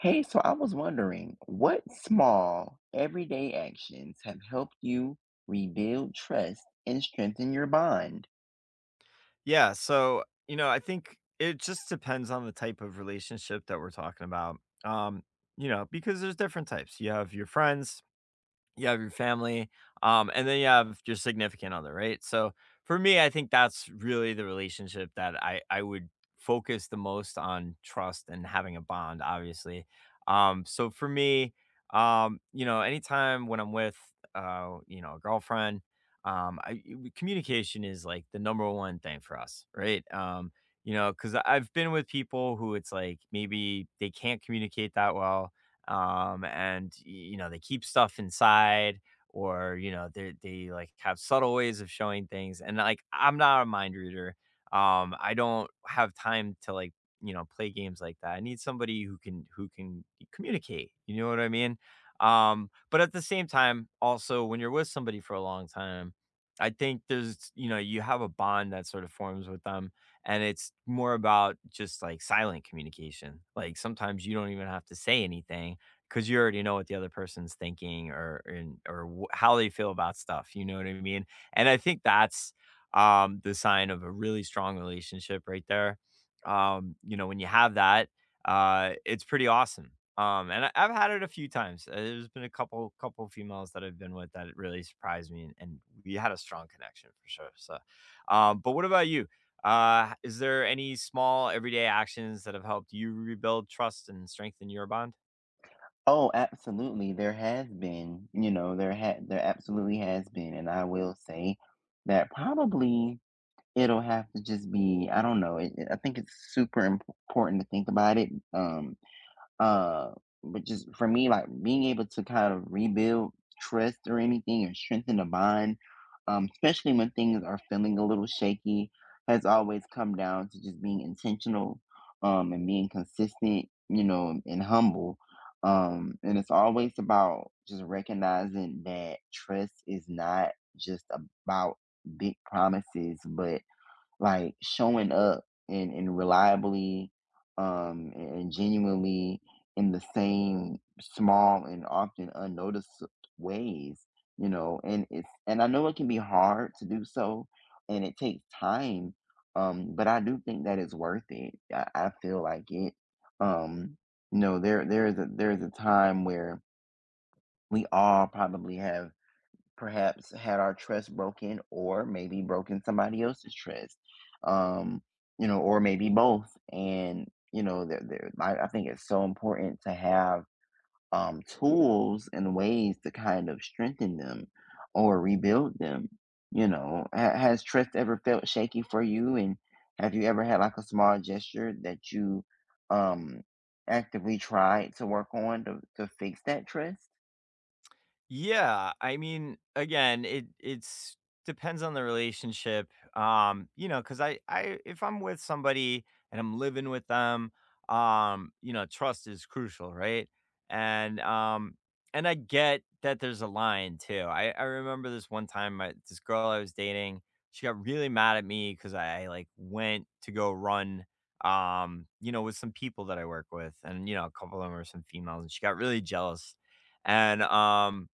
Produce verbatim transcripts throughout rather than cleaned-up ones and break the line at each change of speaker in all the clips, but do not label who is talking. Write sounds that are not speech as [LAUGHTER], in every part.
Hey, so I was wondering, what small everyday actions have helped you rebuild trust and strengthen your bond?
Yeah, so, you know, I think it just depends on the type of relationship that we're talking about. Um, you know, because there's different types. You have your friends, you have your family, um, and then you have your significant other, right? So for me, I think that's really the relationship that I I would focus the most on trust and having a bond, obviously. Um, so for me, um, you know, anytime when I'm with, uh, you know, a girlfriend, um, I, y- communication is like the number one thing for us, right? Um, you know, because I've been with people who it's like maybe they can't communicate that well, um, and y- you know, they keep stuff inside, or you know, they they like have subtle ways of showing things, and like, I'm not a mind reader. um I don't have time to, like, you know, play games like that. I need somebody who can who can communicate, you know what I mean? Um but at the same time, also when you're with somebody for a long time, I think there's, you know, you have a bond that sort of forms with them, and it's more about just like silent communication. Like sometimes you don't even have to say anything, because you already know what the other person's thinking, or and or wh- how they feel about stuff. You know what I mean? And I think that's, um, the sign of a really strong relationship right there. Um, you know, when you have that, uh, it's pretty awesome. Um, and I, I've had it a few times. Uh, There's been a couple couple females that I've been with that it really surprised me, and, and we had a strong connection for sure. So, um, but what about you? Uh, h- is there any small everyday actions that have helped you rebuild trust and strengthen your bond?
Oh, absolutely. There has been, you know, there had there absolutely has been, and I will say that probably it'll have to just be, I don't know, it, it- I think it's super imp- important to think about it. Um, Uh, but just for me, like being able to kind of rebuild trust or anything or strengthen the bond, um, especially when things are feeling a little shaky, has always come down to just being intentional, um, and being consistent, you know, and, and humble. Um, and it's always about just recognizing that trust is not just about big promises, but like showing up and, and reliably um and genuinely in the same small and often unnoticed ways, you know and it's and I know it can be hard to do so, and it takes time. Um but I do think that it's worth it. i, I feel like it, um you know, there there is a there is a time where we all probably have perhaps had our trust broken or maybe broken somebody else's trust, um you know, or maybe both. And you know, there, there I, I think it's so important to have um tools and ways to kind of strengthen them or rebuild them, you know. Ha- has trust ever felt shaky for you, and have you ever had like a small gesture that you, um actively tried to work on to, to fix that trust?
Yeah, I mean, again, it it's depends on the relationship. Um, you know, cuz I I if I'm with somebody and I'm living with them, um, you know, trust is crucial, right? And, um and I get that there's a line too. I I remember this one time my this girl I was dating, she got really mad at me cuz I, I like went to go run, um, you know, with some people that I work with, and you know, a couple of them are some females, and she got really jealous. And, um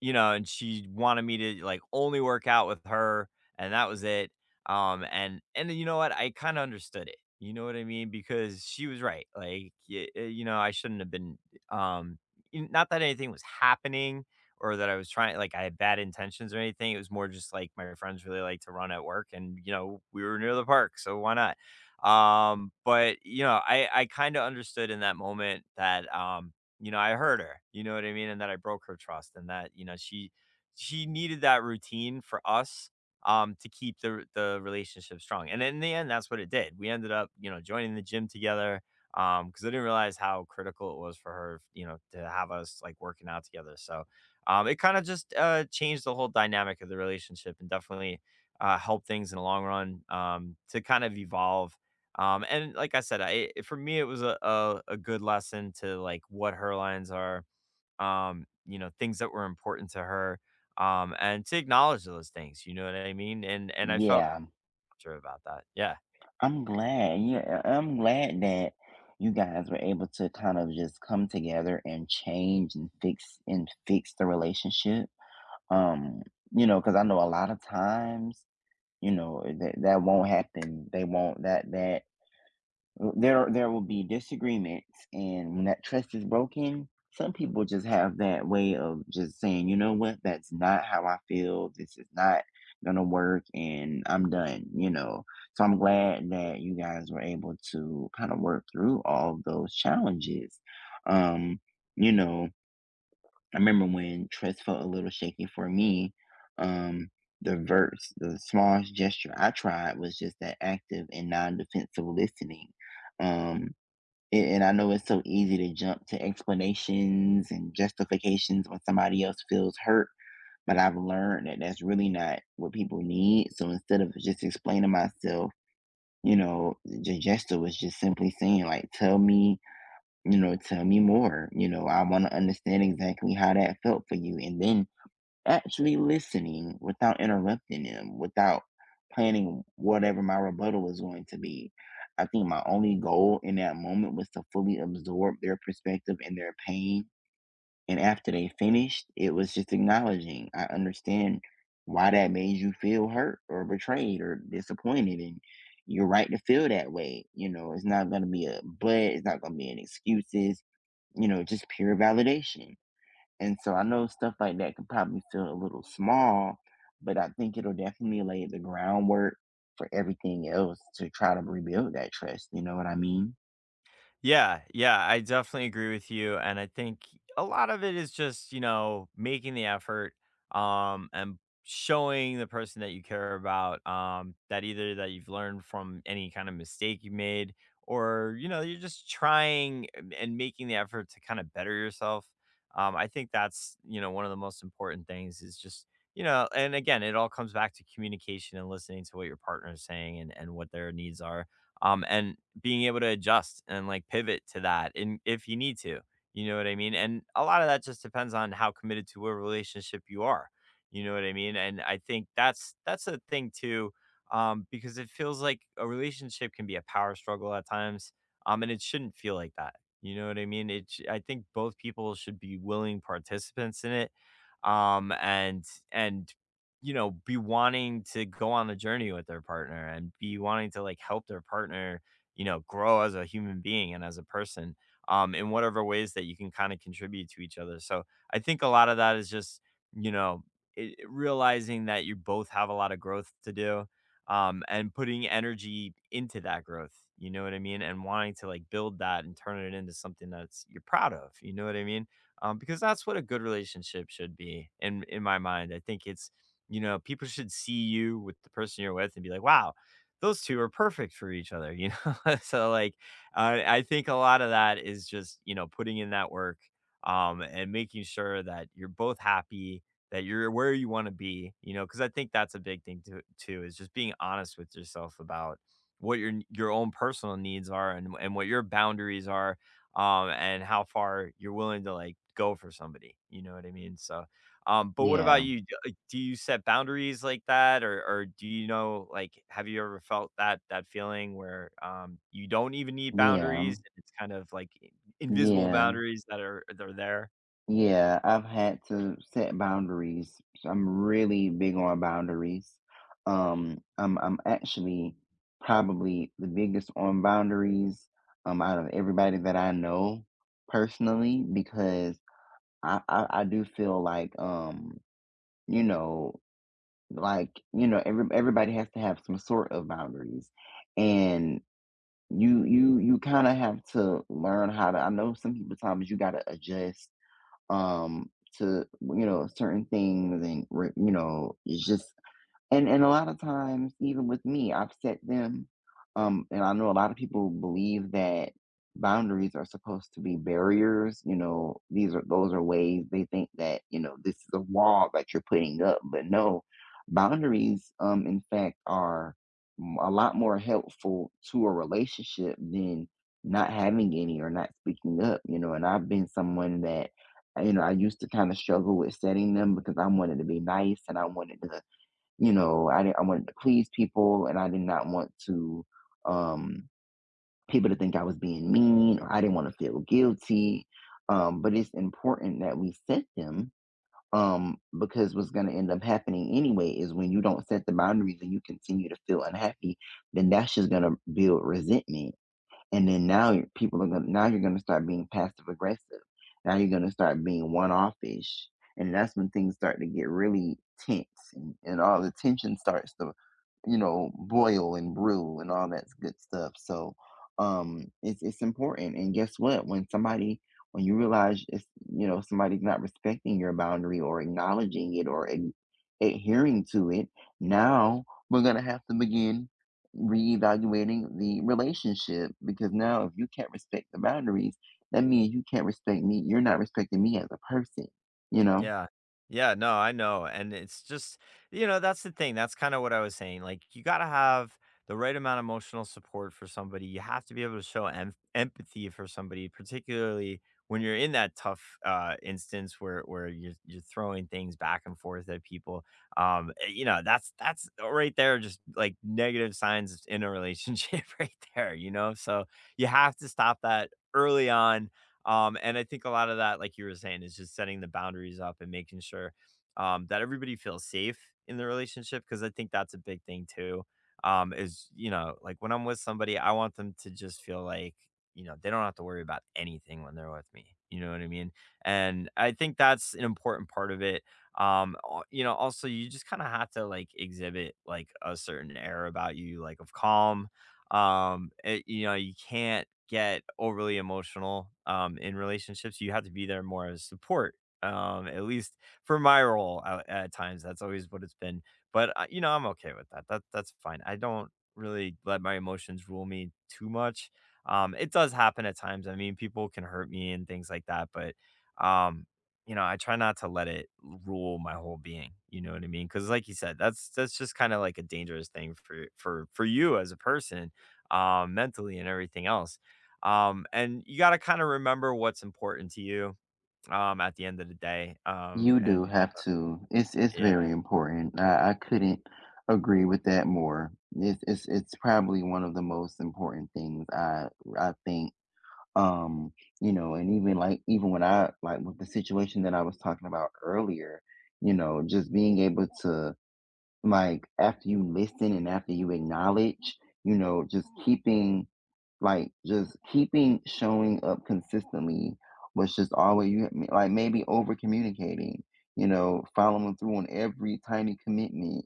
you know, and she wanted me to, like, only work out with her, and that was it, um, and and then, you know what, I kinda understood it, you know what I mean, because she was right, like, y uh, you know, I shouldn't have been, um n not that anything was happening, or that I was trying, like, I had bad intentions or anything. It was more just like, my friends really like to run at work, and, you know, we were near the park, so why not? Um, but, you know, I I kinda understood in that moment that, um you know, I hurt her, you know what I mean? And that I broke her trust, and that, you know, she she needed that routine for us, um, to keep the the relationship strong, and in the end, that's what it did. We ended up, you know, joining the gym together, um because I didn't realize how critical it was for her, you know, to have us, like, working out together. So, um, it kinda just, uh, changed the whole dynamic of the relationship, and definitely, uh, helped things in the long run, um, to kind of evolve, um, and like I said, I for me it was a, a a good lesson to like what her lines are, um, you know, things that were important to her, um, and to acknowledge those things. You know what I mean? And and I felt
Yeah.
better about that. Yeah.
I'm glad. Yeah, I- I'm glad that you guys were able to kind of just come together and change and fix and fix the relationship. Um, you know, because I know a lot of times, you know, that that won't happen. They won't that that there there will be disagreements, and when that trust is broken, some people just have that way of just saying, you know what, that's not how I feel, this is not gonna work and I'm done, you know. So I'm glad that you guys were able to kind of work through all of those challenges. um you know I remember when trust felt a little shaky for me, um, the verse, the smallest gesture I tried was just that active and non-defensive listening. Um, and, and I know it's so easy to jump to explanations and justifications when somebody else feels hurt, but I've learned that that's really not what people need. So instead of just explaining myself, you know, the gesture was just simply saying, like, tell me, you know, tell me more. You know, I want to understand exactly how that felt for you. And then actually listening without interrupting them, without planning whatever my rebuttal was going to be. I think my only goal in that moment was to fully absorb their perspective and their pain, and after they finished, it was just acknowledging, I understand why that made you feel hurt or betrayed or disappointed. And you're right to feel that way. You know, it's not going to be a but, it's not going to be an excuses, you know, just pure validation. And so I know stuff like that could probably feel a little small, but I think it'll definitely lay the groundwork for everything else to try to rebuild that trust. You know what I mean?
Yeah, yeah, I definitely agree with you. And I think a lot of it is just, you know, making the effort, um and showing the person that you care about, um that either that you've learned from any kind of mistake you made, or you know, you're just trying, and and making the effort to kind of better yourself. um I think that's, you know, one of the most important things is just, you know. And again, it all comes back to communication and listening to what your partner is saying, and and what their needs are, um and being able to adjust and like pivot to that, and if you need to, you know what I mean. And a lot of that just depends on how committed to a relationship you are, you know what I mean. And I think that's that's a thing too, um because it feels like a relationship can be a power struggle at times, um and it shouldn't feel like that, you know what I mean. it sh- I think both people should be willing participants in it, um and and you know, be wanting to go on a journey with their partner, and be wanting to like help their partner, you know, grow as a human being and as a person, um, in whatever ways that you can kind of contribute to each other. So I think a lot of that is just, you know, it, realizing that you both have a lot of growth to do, um, and putting energy into that growth. You know what I mean? And wanting to like build that, and turn it into something that's you're proud of. You know what I mean? Um, because that's what a good relationship should be in in my mind. I think it's, you know, people should see you with the person you're with and be like, wow, those two are perfect for each other. [LAUGHS] You know, [LAUGHS] so, like, uh, I think a lot of that is just, you know, putting in that work, um, and making sure that you're both happy, that you're where you wanna be, you know, because I think that's a big thing too too, is just being honest with yourself about what your n your own personal needs are, and and what your boundaries are, um, and how far you're willing to, like, go for somebody, you know what I mean? So, um, but what about
Yeah,
you? D- uh, Do you set boundaries like that, or or do you know, like, have you ever felt that that feeling where, um you don't even need
yeah,
boundaries? And it's kind of like, i- invisible
yeah,
boundaries that are that are there.
Yeah, I've had to set boundaries. So I'm really big on boundaries. Um, I'm I'm actually probably the biggest on boundaries um out of everybody that I know personally, because I I, I do feel like, um you know like you know, every, everybody has to have some sort of boundaries. And you you you kind of have to learn how to, I know some people times you got to adjust, um, to you know certain things, and re- you know, it's just, and and a lot of times, even with me, I've set them, um, and I know a lot of people believe that boundaries are supposed to be barriers. You know, these are those are ways they think that, you know, this is a wall that you're putting up, but no, boundaries, um, in fact, are m- a lot more helpful to a relationship than not having any or not speaking up. You know, and I've been someone that. You know, I used to kind of struggle with setting them because I wanted to be nice and I wanted to, you know, I didn't I wanted to please people, and I did not want to, um people to think I was being mean, or I didn't wanna feel guilty. Um, but it's important that we set them, um, because what's gonna end up happening anyway is, when you don't set the boundaries and you continue to feel unhappy, then that's just gonna build resentment. And then now people are gonna now you're gonna start being passive aggressive, now you're gonna start being one-offish, and that's when things start to get really tense. and, and all the tension starts to, you know, boil and brew and all that's good stuff. So um, it's it's important. And guess what, when somebody, when you realize it's, you know, somebody's not respecting your boundary or acknowledging it or ad- adhering to it, now we're gonna have to begin reevaluating the relationship, because now if you can't respect the boundaries, that means you can't respect me. You're not respecting me as a person. You know,
Yeah. Yeah, no, I know, and it's just, you know, that's the thing, that's kinda what I was saying, like, you gotta have the right amount of emotional support for somebody. You have to be able to show em empathy for somebody, particularly when you're in that tough, uh, instance where where you're you're throwing things back and forth at people, um, eh, you know, that's that's right there just, like, negative signs in a relationship [LAUGHS] right there, you know? So, you have to stop that early on, um, and I think a lot of that, like you were saying, is just setting the boundaries up, and making sure, um, that everybody feels safe in the relationship. Cause I think that's a big thing too. Um, is, you know, like when I'm with somebody, I want them to just feel like, you know, they don't have to worry about anything when they're with me. You know what I mean? And I think that's an important part of it. Um, al- you know, also you just kind of have to like exhibit like a certain air about you, like of calm, um it, you know, you can't get overly emotional, um in relationships you have to be there more as support, um at least for my role, at, at times that's always what it's been. But, uh, you know, I'm okay with that. That that's fine. I don't really let my emotions rule me too much. Um it does happen at times, I mean, people can hurt me and things like that, but, um you know, I try not to let it rule my whole being, you know what I mean, because like you said, that's that's just kind of like a dangerous thing for for for you as a person, um, mentally and everything else. Um, and you got to kind of remember what's important to you, um, at the end of the day. Um,
you do
and
have to. It's it's very
yeah.
important. I, I couldn't agree with that more. It's, it's it's probably one of the most important things I I think. Um, you know, and even like even when I, like with the situation that I was talking about earlier, you know, just being able to, like, after you listen and after you acknowledge, you know, just keeping, like, just keeping showing up consistently, was just always you like maybe over communicating, you know, following through on every tiny commitment,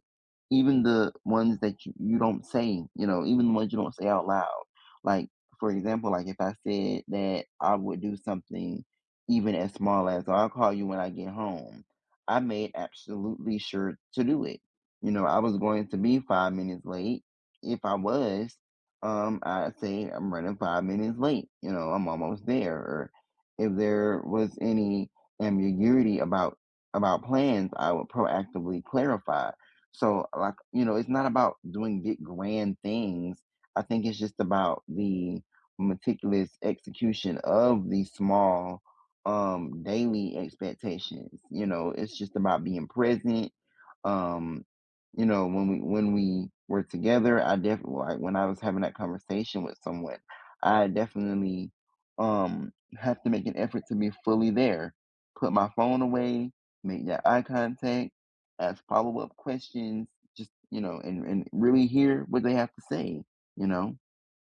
even the ones that you, you don't say, you know, even the ones you don't say out loud. Like for example, like if I said that I would do something even as small as I'll call you when I get home, I made absolutely sure to do it. You know, I was going to be five minutes late, if I was, um, I'd say I'm running five minutes late. You know, I'm almost there. Or if there was any ambiguity about about plans, I would proactively clarify. So, like, you know, it's not about doing big grand things. I think it's just about the meticulous execution of the small um daily expectations. You know, it's just about being present. um you know, when we when we were together, I definitely, like when I was having that conversation with someone, I definitely um have to make an effort to be fully there. Put my phone away, make that eye contact, ask follow-up questions, just, you know, and, and really hear what they have to say, you know.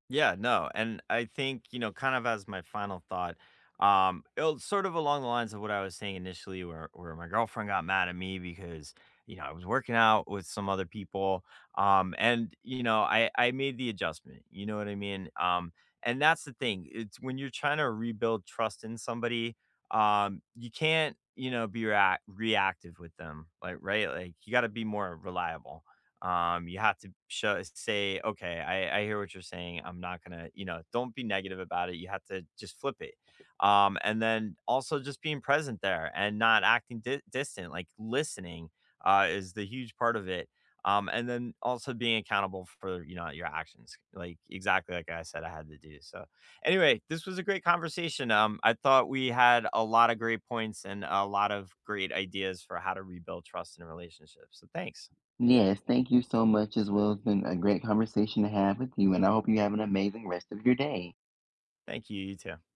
Yeah, no. And I think, you know, kind of as my final thought, um, it'll sort of along the lines of what I was saying initially, where where my girlfriend got mad at me because, you know, I was working out with some other people. Um, and you know, I I made the adjustment, you know what I mean? Um, and that's the thing. It's when you're trying to rebuild trust in somebody, um, you can't, you know, be react reactive with them. Like, right? Like, you gotta be more reliable. Um, you have to show, say, okay, I, I hear what you're saying. I'm not gonna, you know, don't be negative about it. You have to just flip it. Um, and then also just being present there, and not acting di- distant, like listening, uh, is the huge part of it. Um, and then also being accountable for, you know, your actions, like exactly like I said, I had to do. So, anyway, this was a great conversation. Um, I thought we had a lot of great points and a lot of great ideas for how to rebuild trust in relationships. So thanks.
Yes, thank you so much as well. It's been a great conversation to have with you, and I hope you have an amazing rest of your day.
Thank you. You too.